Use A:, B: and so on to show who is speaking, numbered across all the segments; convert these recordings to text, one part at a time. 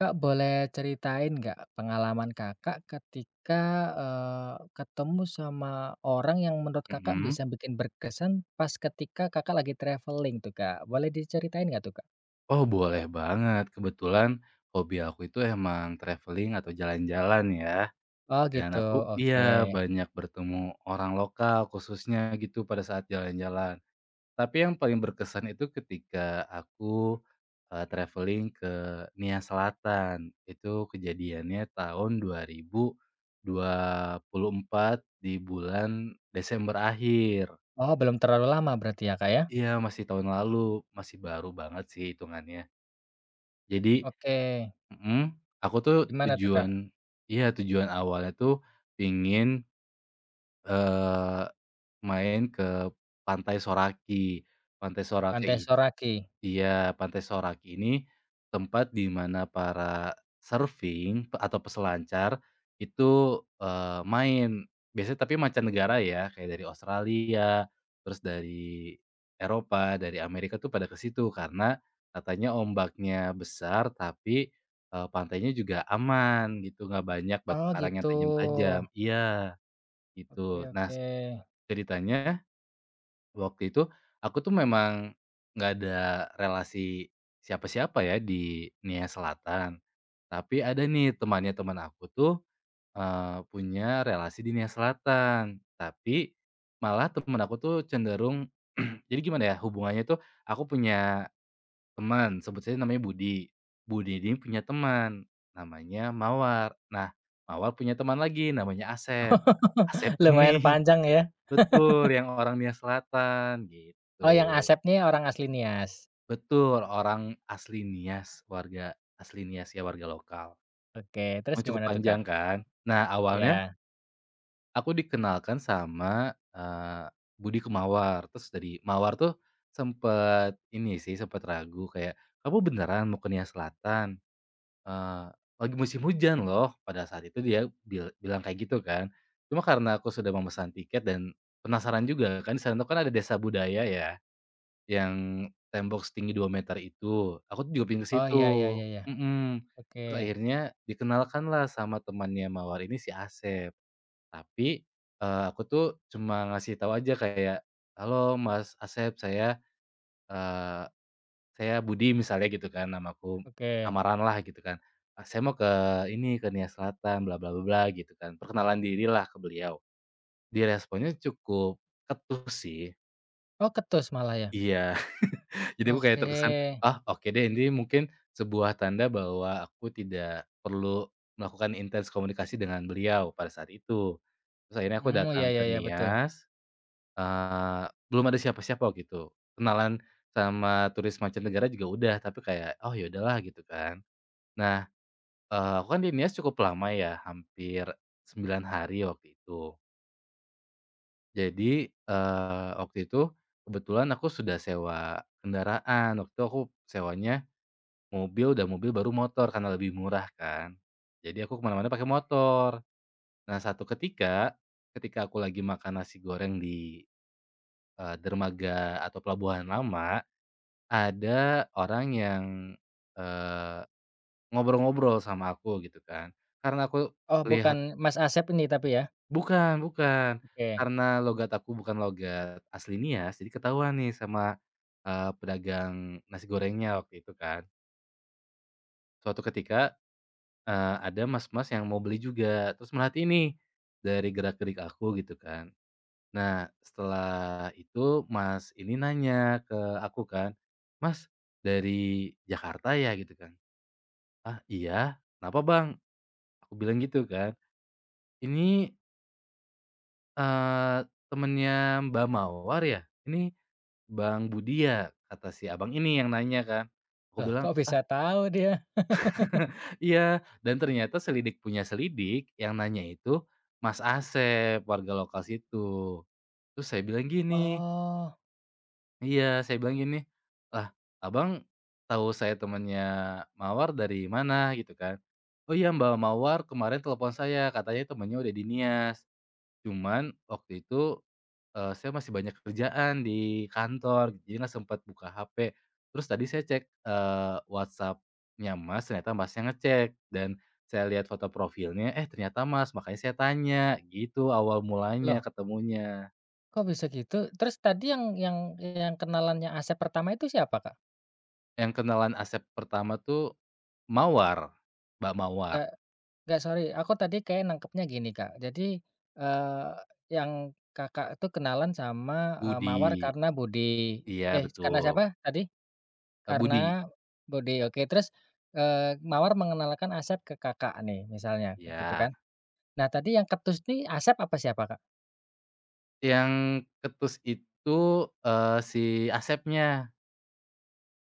A: Kak, boleh ceritain nggak pengalaman Kakak ketika ketemu sama orang yang menurut Kakak
B: Mhm.
A: bisa bikin berkesan pas ketika Kakak lagi traveling tuh, Kak? Boleh diceritain nggak tuh, Kak?
B: Oh, boleh banget. Kebetulan hobi aku itu emang traveling atau jalan-jalan ya,
A: Oh
B: dan
A: gitu,
B: aku
A: oke.
B: iya, banyak bertemu orang lokal khususnya gitu pada saat jalan-jalan. Tapi yang paling berkesan itu ketika aku, traveling ke Nia Selatan. Itu kejadiannya tahun 2024 di bulan Desember akhir.
A: Oh belum terlalu lama berarti ya, Kak, ya?
B: Iya, masih tahun lalu, masih baru banget sih hitungannya. Jadi
A: Oke,
B: Mhm, aku tuh
A: gimana tuh, Kak?
B: tujuan iya, tujuan awalnya tuh pingin, eee, main ke Pantai Soraki. Pantai
A: Pantai
B: Soraki.
A: Soraki?
B: Iya, Pantai Soraki ini tempat di mana para surfing atau peselancar itu, main. Biasanya tapi mancanegara ya, kayak dari Australia, terus dari Eropa, dari Amerika tuh pada ke situ karena katanya ombaknya besar tapi, pantainya juga aman gitu, nggak banyak batu
A: Oh
B: karang
A: gitu.
B: yang tajam-tajam. Iya,
A: Oke,
B: gitu. Nah,
A: oke.
B: ceritanya. Waktu itu, aku tuh memang nggak ada relasi siapa-siapa ya di Nia Selatan. Tapi ada nih temannya teman aku tuh, punya relasi di Nia Selatan. Tapi malah teman aku tuh cenderung jadi gimana ya, hubungannya tuh aku punya teman, sebut saja namanya Budi. Budi ini punya teman, namanya Mawar. Nah, Mawar punya teman lagi namanya Asep. Nah, Asep
A: Lumayan
B: ini.
A: panjang ya?
B: Betul, yang orang Nia Selatan, gitu.
A: Oh yang Asep nih orang asli Nias?
B: Betul, orang asli Nias, warga asli Nias ya, warga lokal.
A: Oke, terus
B: Emang cukup
A: gimana tuh, Kak?
B: panjang kan. Nah, awalnya
A: Ya.
B: aku dikenalkan sama, Budi Kemawar, terus dari Mawar tuh sempet ini sih, sempet ragu kayak, "Kamu beneran mau ke Nias Selatan? Eee, lagi musim hujan loh." Pada saat itu dia bilang kayak gitu kan. Cuma karena aku sudah memesan tiket dan penasaran juga kan, di sana tuh kan ada desa budaya ya. Yang tembok setinggi 2 meter itu, aku tuh juga pengen ke
A: Oh,
B: situ,
A: ya ya ya ya.
B: mhm.
A: Oke.
B: Terus akhirnya dikenalkanlah sama temannya Mawar ini si Asep, tapi, aku tuh cuma ngasih tahu aja kayak, "Halo Mas Asep, eee, saya Budi," misalnya gitu kan namaku,
A: Oke.
B: samaranlah gitu kan, saya mau ke Nia Selatan, bla bla bla bla," gitu kan, perkenalan dirilah ke beliau. Dia responnya cukup ketus sih.
A: Oh, ketus malah ya?
B: Iya. Jadi aku kayak
A: Oke.
B: terkesan, "Ah, oke deh ini mungkin sebuah tanda bahwa aku tidak perlu melakukan intens komunikasi dengan beliau pada saat itu." Terus akhirnya aku
A: Mmm, iya
B: datang
A: iya
B: ke
A: iya, betul.
B: Nias, eee, belum ada siapa-siapa waktu itu. Kenalan sama turis mancanegara juga udah, tapi kayak, "Oh, ya udahlah," gitu kan. Nah, aku kan di Nias cukup lama ya, hampir 9 hari waktu itu. Jadi, waktu itu kebetulan aku sudah sewa kendaraan, waktu itu aku sewanya mobil, udah mobil baru motor karena lebih murah kan. Jadi aku kemana mana pakai motor. Nah satu ketika, ketika aku lagi makan nasi goreng di, dermaga atau pelabuhan lama, ada orang yang, eee, ngobrol-ngobrol sama aku gitu kan. Karena aku
A: Oh, bukan
B: lihat.
A: Mas Asep ini tapi ya?
B: Bukan, bukan,
A: Oke.
B: karena logat aku bukan logat asli Nias, jadi ketahuan nih sama, pedagang nasi gorengnya waktu itu kan. Suatu ketika, ada mas-mas yang mau beli juga, terus merhatiin ini dari gerak-gerik aku gitu kan. Nah, setelah itu Mas ini nanya ke aku kan, "Mas, dari Jakarta ya?" Gitu kan. "Ah, iya, kenapa Bang?" Aku bilang gitu kan. "Ini, eee, temennya Mbak Mawar ya? Ini Bang Budi ya?" Kata si abang ini yang nanya kan. Aku
A: Loh,
B: bilang,
A: kok
B: "Ah."
A: bisa tahu dia?
B: Iya, dan ternyata selidik punya selidik, yang nanya itu Mas Asep, warga lokal situ. Terus saya bilang gini,
A: Oh.
B: iya, "Lah, Abang tahu saya temannya Mawar dari mana?" Gitu kan. "Oh iya, Mbak Mawar kemarin telepon saya, katanya temannya udah di Nias. Cuman waktu itu, saya masih banyak kerjaan di kantor, jadi nggak sempat buka HP. Terus tadi saya cek, WhatsApp-nya Mas, ternyata Masnya ngecek dan saya lihat foto profilnya, eh ternyata Mas, makanya saya tanya, gitu awal mulanya
A: Loh,
B: ketemunya.
A: kok bisa gitu? Terus tadi yang kenalannya Asep pertama itu siapa, Kak?
B: Yang kenalan Asep pertama tuh Mawar, Mbak Mawar,
A: Nggak nggak, sorry, aku tadi kayak nangkepnya gini, Kak. Jadi, eee, yang Kakak itu kenalan sama
B: Budi,
A: Mawar karena Budi
B: iya
A: eh, karena
B: betul,
A: siapa tadi?
B: Budi,
A: Karena Bode, oke. Terus, Mawar mengenalkan Asep ke Kakak nih misalnya, gitu
B: iya.
A: kan. Nah tadi yang ketus nih Asep apa siapa, Kak?
B: Yang ketus itu, si Asepnya.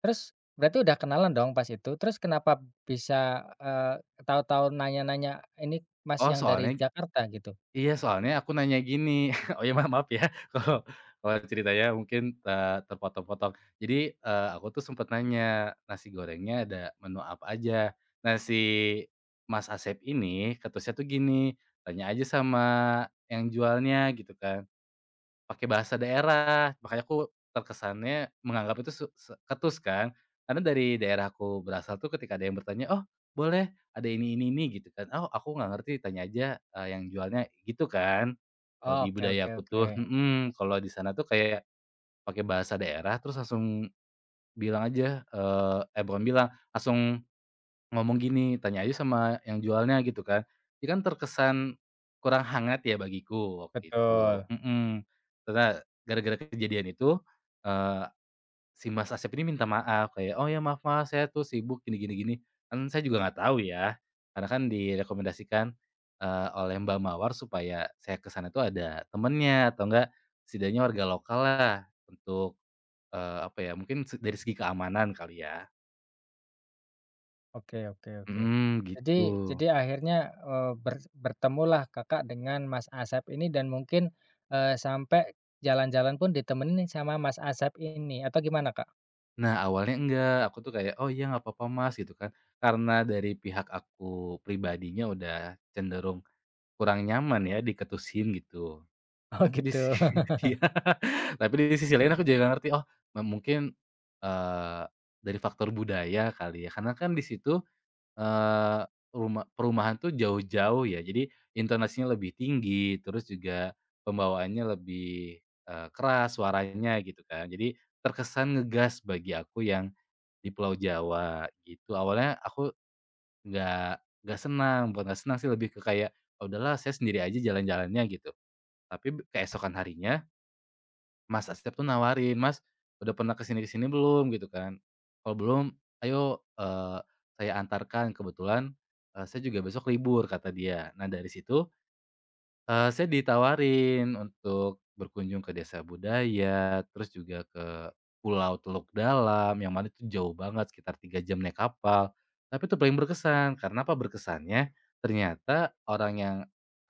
A: Terus berarti udah kenalan dong pas itu, terus kenapa bisa tahu-tahu nanya-nanya, "Ini Mas
B: Oh
A: yang dari
B: soalnya.
A: Jakarta?" Gitu?
B: Iya, soalnya aku nanya gini. Oh ya, maaf ya. kalau kalau ceritanya mungkin, terpotong-potong. Jadi, aku tuh sempat nanya, "Nasi gorengnya ada menu apa aja?" Nah, si Mas Asep ini ketusnya tuh gini, "Tanya aja sama yang jualnya," gitu kan. Pakai bahasa daerah, makanya aku terkesannya menganggap itu su se ketus kan. Karena dari daerah aku berasal tuh ketika ada yang bertanya, "Oh boleh ada ini," gitu kan, "Oh aku nggak ngerti tanya aja, yang jualnya," gitu kan. Kalau
A: Oh,
B: di
A: oke
B: budaya
A: oke
B: aku
A: oke.
B: tuh kalau di sana tuh kayak pakai bahasa daerah terus langsung bilang aja, eh bukan bilang, langsung ngomong gini, tanya aja sama yang jualnya gitu kan. Dia kan terkesan kurang hangat ya bagiku waktu itu,
A: Betul.
B: mhm. Karena gara-gara kejadian itu, eee, si Mas Asep ini minta maaf kayak, "Oh ya maaf Mas, saya tuh sibuk gini gini gini." Kan saya juga nggak tahu ya, karena kan direkomendasikan, oleh Mbak Mawar supaya saya ke sana tuh ada temennya atau enggak setidaknya warga lokal lah untuk, apa ya, mungkin dari segi keamanan kali ya,
A: Oke, oke, oke.
B: hmm gitu.
A: Jadi akhirnya, eee, ber bertemulah Kakak dengan Mas Asep ini dan mungkin, sampai jalan-jalan pun ditemenin sama Mas Asep ini atau gimana, Kak?
B: Nah, awalnya enggak, aku tuh kayak, "Oh, iya, nggak apa-apa, Mas," gitu kan. Karena dari pihak aku pribadinya udah cenderung kurang nyaman ya diketusin gitu.
A: Oh
B: Tapi di
A: gitu.
B: sisi, iya, tapi di sisi lain aku juga ngerti, oh, mungkin, eee, dari faktor budaya kali ya, karena kan di situ, eee, perumahan tuh jauh-jauh ya, jadi intonasinya lebih tinggi, terus juga pembawaannya lebih, keras suaranya gitu kan. Jadi terkesan ngegas bagi aku yang di Pulau Jawa gitu. Awalnya aku nggak nggak senang, bukan nggak senang sih lebih ke kayak, "Ah, udahlah saya sendiri aja jalan-jalannya," gitu. Tapi keesokan harinya Mas Asep tuh nawarin, "Mas, udah pernah kesini kesini belum?" Gitu kan. "Kalau belum, ayo, saya antarkan kebetulan, saya juga besok libur," kata dia. Nah dari situ, saya ditawarin untuk berkunjung ke desa budaya, terus juga ke Pulau Teluk Dalam, yang mana itu jauh banget sekitar 3 jam naik kapal, tapi itu paling berkesan. Karena apa berkesannya, ternyata orang yang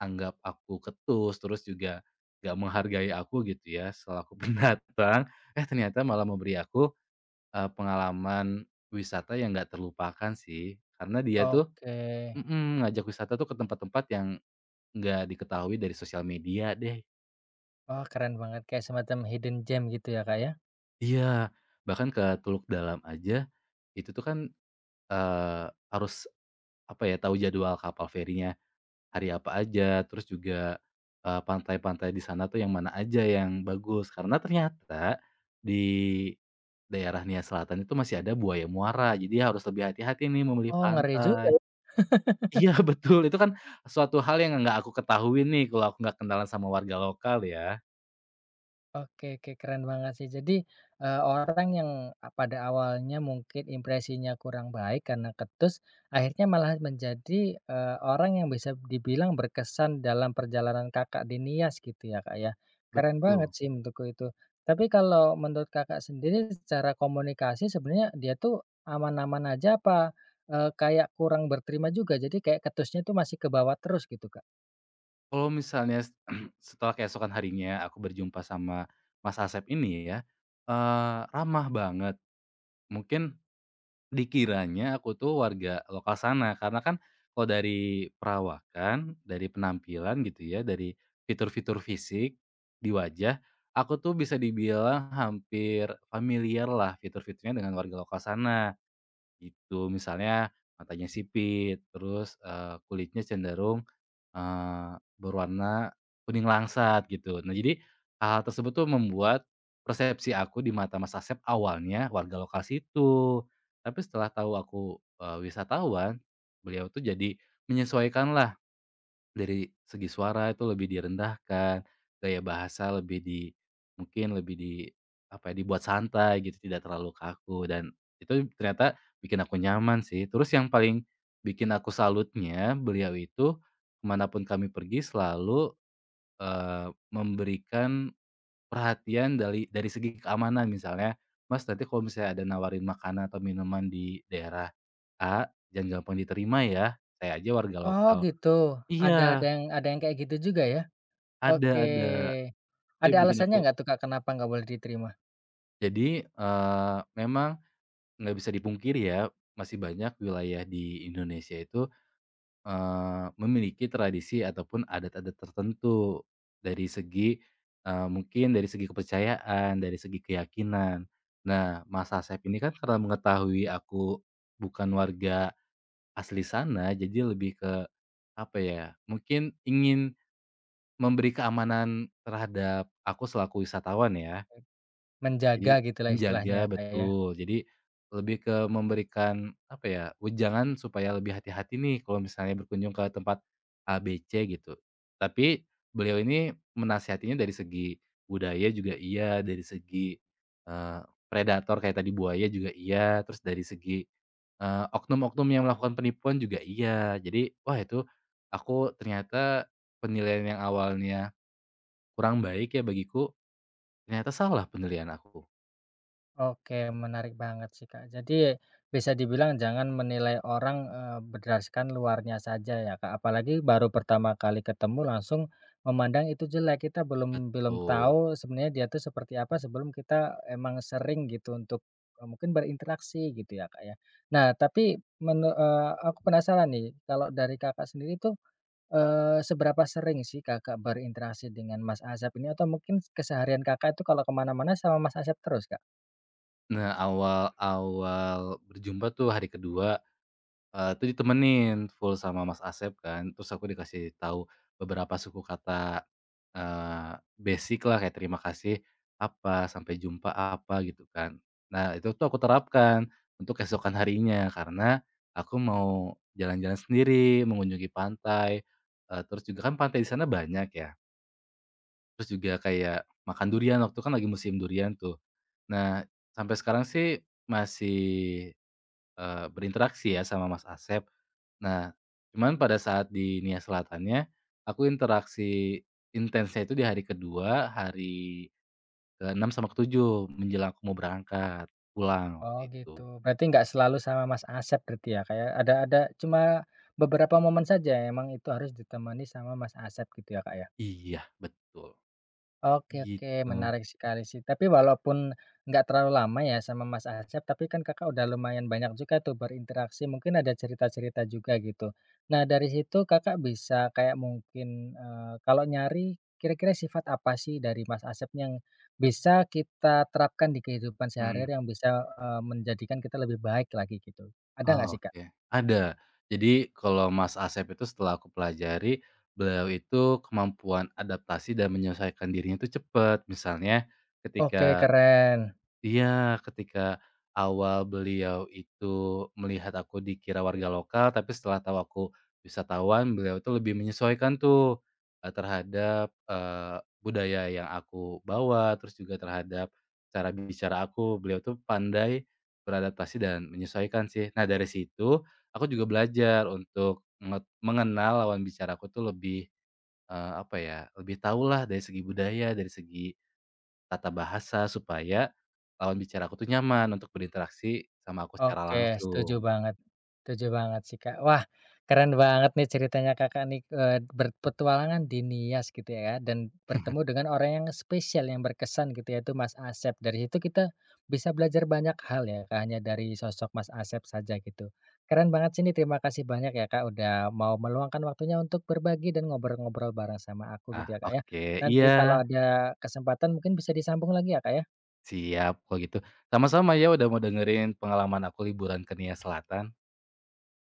B: anggap aku ketus, terus juga gak menghargai aku gitu ya, selaku pendatang, eh ternyata malah memberi aku, pengalaman wisata yang gak terlupakan sih. Karena dia tuh
A: Oke.
B: mhm, ngajak wisata tuh ke tempat-tempat yang nggak diketahui dari sosial media deh.
A: Oh keren banget kayak semacam hidden gem gitu ya, Kak, ya?
B: Iya, bahkan ke Teluk Dalam aja, itu tuh kan, eee, harus apa ya, tahu jadwal kapal ferinya hari apa aja, terus juga, pantai-pantai di sana tuh yang mana aja yang bagus. Karena ternyata di daerah Nia Selatan itu masih ada buaya muara, jadi harus lebih hati-hati nih memilih
A: Oh ngeri juga.
B: pantai. Iya, betul, itu kan suatu hal yang nggak aku ketahui nih kalau aku nggak kenalan sama warga lokal ya.
A: Oke oke, keren banget sih. Jadi, orang yang a pada awalnya mungkin impresinya kurang baik karena ketus, akhirnya malah menjadi, orang yang bisa dibilang berkesan dalam perjalanan Kakak di Nias gitu ya, Kak, ya. Keren banget
B: Betul.
A: sih menurutku itu. Tapi kalau menurut Kakak sendiri secara komunikasi sebenarnya dia tuh aman-aman aja apa, kayak kurang berterima juga? Jadi kayak ketusnya tuh masih ke bawah terus gitu, Kak?
B: Kalau misalnya setelah keesokan harinya aku berjumpa sama Mas Asep ini ya, ramah banget. Mungkin dikiranya aku tuh warga lokal sana, karena kan kalau dari perawakan, dari penampilan gitu ya, dari fitur-fitur fisik di wajah, aku tuh bisa dibilang hampir familiar lah fitur-fiturnya dengan warga lokal sana, gitu. Misalnya matanya sipit, terus, kulitnya cenderung, berwarna kuning langsat gitu. Nah jadi, hal-hal tersebut tuh membuat persepsi aku di mata Mas Asep awalnya warga lokal situ. Tapi setelah tahu aku, wisatawan, beliau tuh jadi menyesuaikanlah dari segi suara itu lebih direndahkan, gaya bahasa lebih di mungkin lebih di apa ya, dibuat santai gitu, tidak terlalu kaku dan itu ternyata bikin aku nyaman sih. Terus yang paling bikin aku salutnya beliau itu kemanapun kami pergi selalu, eee, memberikan perhatian dari segi keamanan. Misalnya, "Mas, nanti kalau misalnya ada nawarin makanan atau minuman di daerah A, jangan gampang diterima ya, saya aja warga
A: Oh
B: lokal."
A: gitu,
B: Iya.
A: ada yang kayak gitu juga ya? Oke.
B: Ada, itu
A: Ada
B: yang bikin aku
A: alasannya nggak tuh Kak, kenapa nggak boleh diterima?
B: jadi, memang nggak bisa dipungkiri ya, masih banyak wilayah di Indonesia itu, memiliki tradisi ataupun adat-adat tertentu dari segi, mungkin dari segi kepercayaan, dari segi keyakinan. Nah, Mas Asep ini kan karena mengetahui aku bukan warga asli sana, jadi lebih ke, apa ya, mungkin ingin memberi keamanan terhadap aku selaku wisatawan ya. Jadi
A: Menjaga gitulah istilahnya
B: menjaga,
A: ya Kak, ya.
B: betul. Jadi lebih ke memberikan, apa ya, wejangan supaya lebih hati-hati nih kalau misalnya berkunjung ke tempat A, B, C gitu. Tapi beliau ini menasihatinya dari segi budaya juga iya, dari segi, eee, predator kayak tadi buaya juga iya, terus dari segi, oknum-oknum yang melakukan penipuan juga iya. Jadi, wah itu aku ternyata penilaian yang awalnya kurang baik ya bagiku, ternyata salah penilaian aku.
A: Oke, menarik banget sih Kak. Jadi, bisa dibilang jangan menilai orang, berdasarkan luarnya saja ya Kak, apalagi baru pertama kali ketemu langsung memandang itu jelek. Kita belum belum
B: Betul.
A: tahu sebenarnya dia tuh seperti apa sebelum kita emang sering gitu untuk mungkin berinteraksi gitu ya Kak, ya. Nah tapi aku penasaran nih, kalau dari Kakak sendiri tuh eee, seberapa sering sih Kakak berinteraksi dengan Mas Asep ini? Atau mungkin keseharian Kakak itu kalau kemana-mana sama Mas Asep terus, Kak?
B: Nah, awal-awal berjumpa tuh hari kedua 2, ditemenin full sama Mas Asep kan, terus aku dikasih tahu beberapa suku kata, eh, basic lah kayak terima kasih apa, sampai jumpa apa, gitu kan. Nah, itu tuh aku terapkan untuk keesokan harinya karena aku mau jalan-jalan sendiri, mengunjungi pantai, terus juga kan pantai di sana banyak ya. Terus juga kayak makan durian, waktu kan lagi musim durian tuh. Nah, sampai sekarang sih masih, berinteraksi ya sama Mas Asep. Nah, cuman pada saat di Nia Selatannya, aku interaksi intensnya itu di hari kedua, hari keenam sama ketujuh menjelang aku mau berangkat pulang
A: Oh
B: waktu
A: gitu.
B: itu.
A: Berarti nggak selalu sama Mas Asep berarti ya, Kak, ya? Ada cuma beberapa momen saja emang itu harus ditemani sama Mas Asep gitu ya, Kak, ya?
B: Iya, betul,
A: Oke oke,
B: gitu.
A: menarik sekali sih. Tapi walaupun nggak terlalu lama ya sama Mas Asep, tapi kan Kakak udah lumayan banyak juga tuh berinteraksi, mungkin ada cerita-cerita juga gitu. Nah, dari situ Kakak bisa kayak mungkin, kalau nyari kira-kira sifat apa sih dari Mas Asep yang bisa kita terapkan di kehidupan
B: Mhm.
A: sehari-hari yang bisa menjadikan kita lebih baik lagi gitu, ada
B: Oh,
A: nggak sih, Kak?
B: oke. Ada. Jadi kalau Mas Asep itu setelah aku pelajari, beliau itu kemampuan adaptasi dan menyesuaikan dirinya itu cepat. Misalnya ketika.
A: Oke, keren.
B: Iya, ketika awal beliau itu melihat aku dikira warga lokal, tapi setelah tahu aku wisatawan, beliau itu lebih menyesuaikan tuh, terhadap, budaya yang aku bawa, terus juga terhadap cara bicara aku, beliau tuh pandai beradaptasi dan menyesuaikan sih. Nah, dari situ aku juga belajar untuk mengenal lawan bicaraku tuh lebih, apa ya, lebih tahulah dari segi budaya, dari segi tata bahasa supaya lawan bicaraku tuh nyaman untuk berinteraksi sama aku secara
A: Oke, setuju
B: langsung.
A: banget. Setuju banget sih, Kak. Wah, keren banget nih ceritanya Kakak nih, eee, berpetualangan di Nias gitu ya, dan bertemu dengan orang yang spesial, yang berkesan gitu yaitu Mas Asep. Dari situ kita bisa belajar banyak hal ya, Kak, hanya dari sosok Mas Asep saja gitu. Keren banget sih ini, terima kasih banyak ya, Kak, udah mau meluangkan waktunya untuk berbagi dan ngobrol-ngobrol bareng sama aku
B: Ah,
A: gitu ya, Kak, ya.
B: oke,
A: Nanti
B: iya,
A: kalau ada kesempatan mungkin bisa disambung lagi ya, Kak, ya?
B: siap kalau gitu. Sama-sama ya udah mau dengerin pengalaman aku liburan ke Nia Selatan.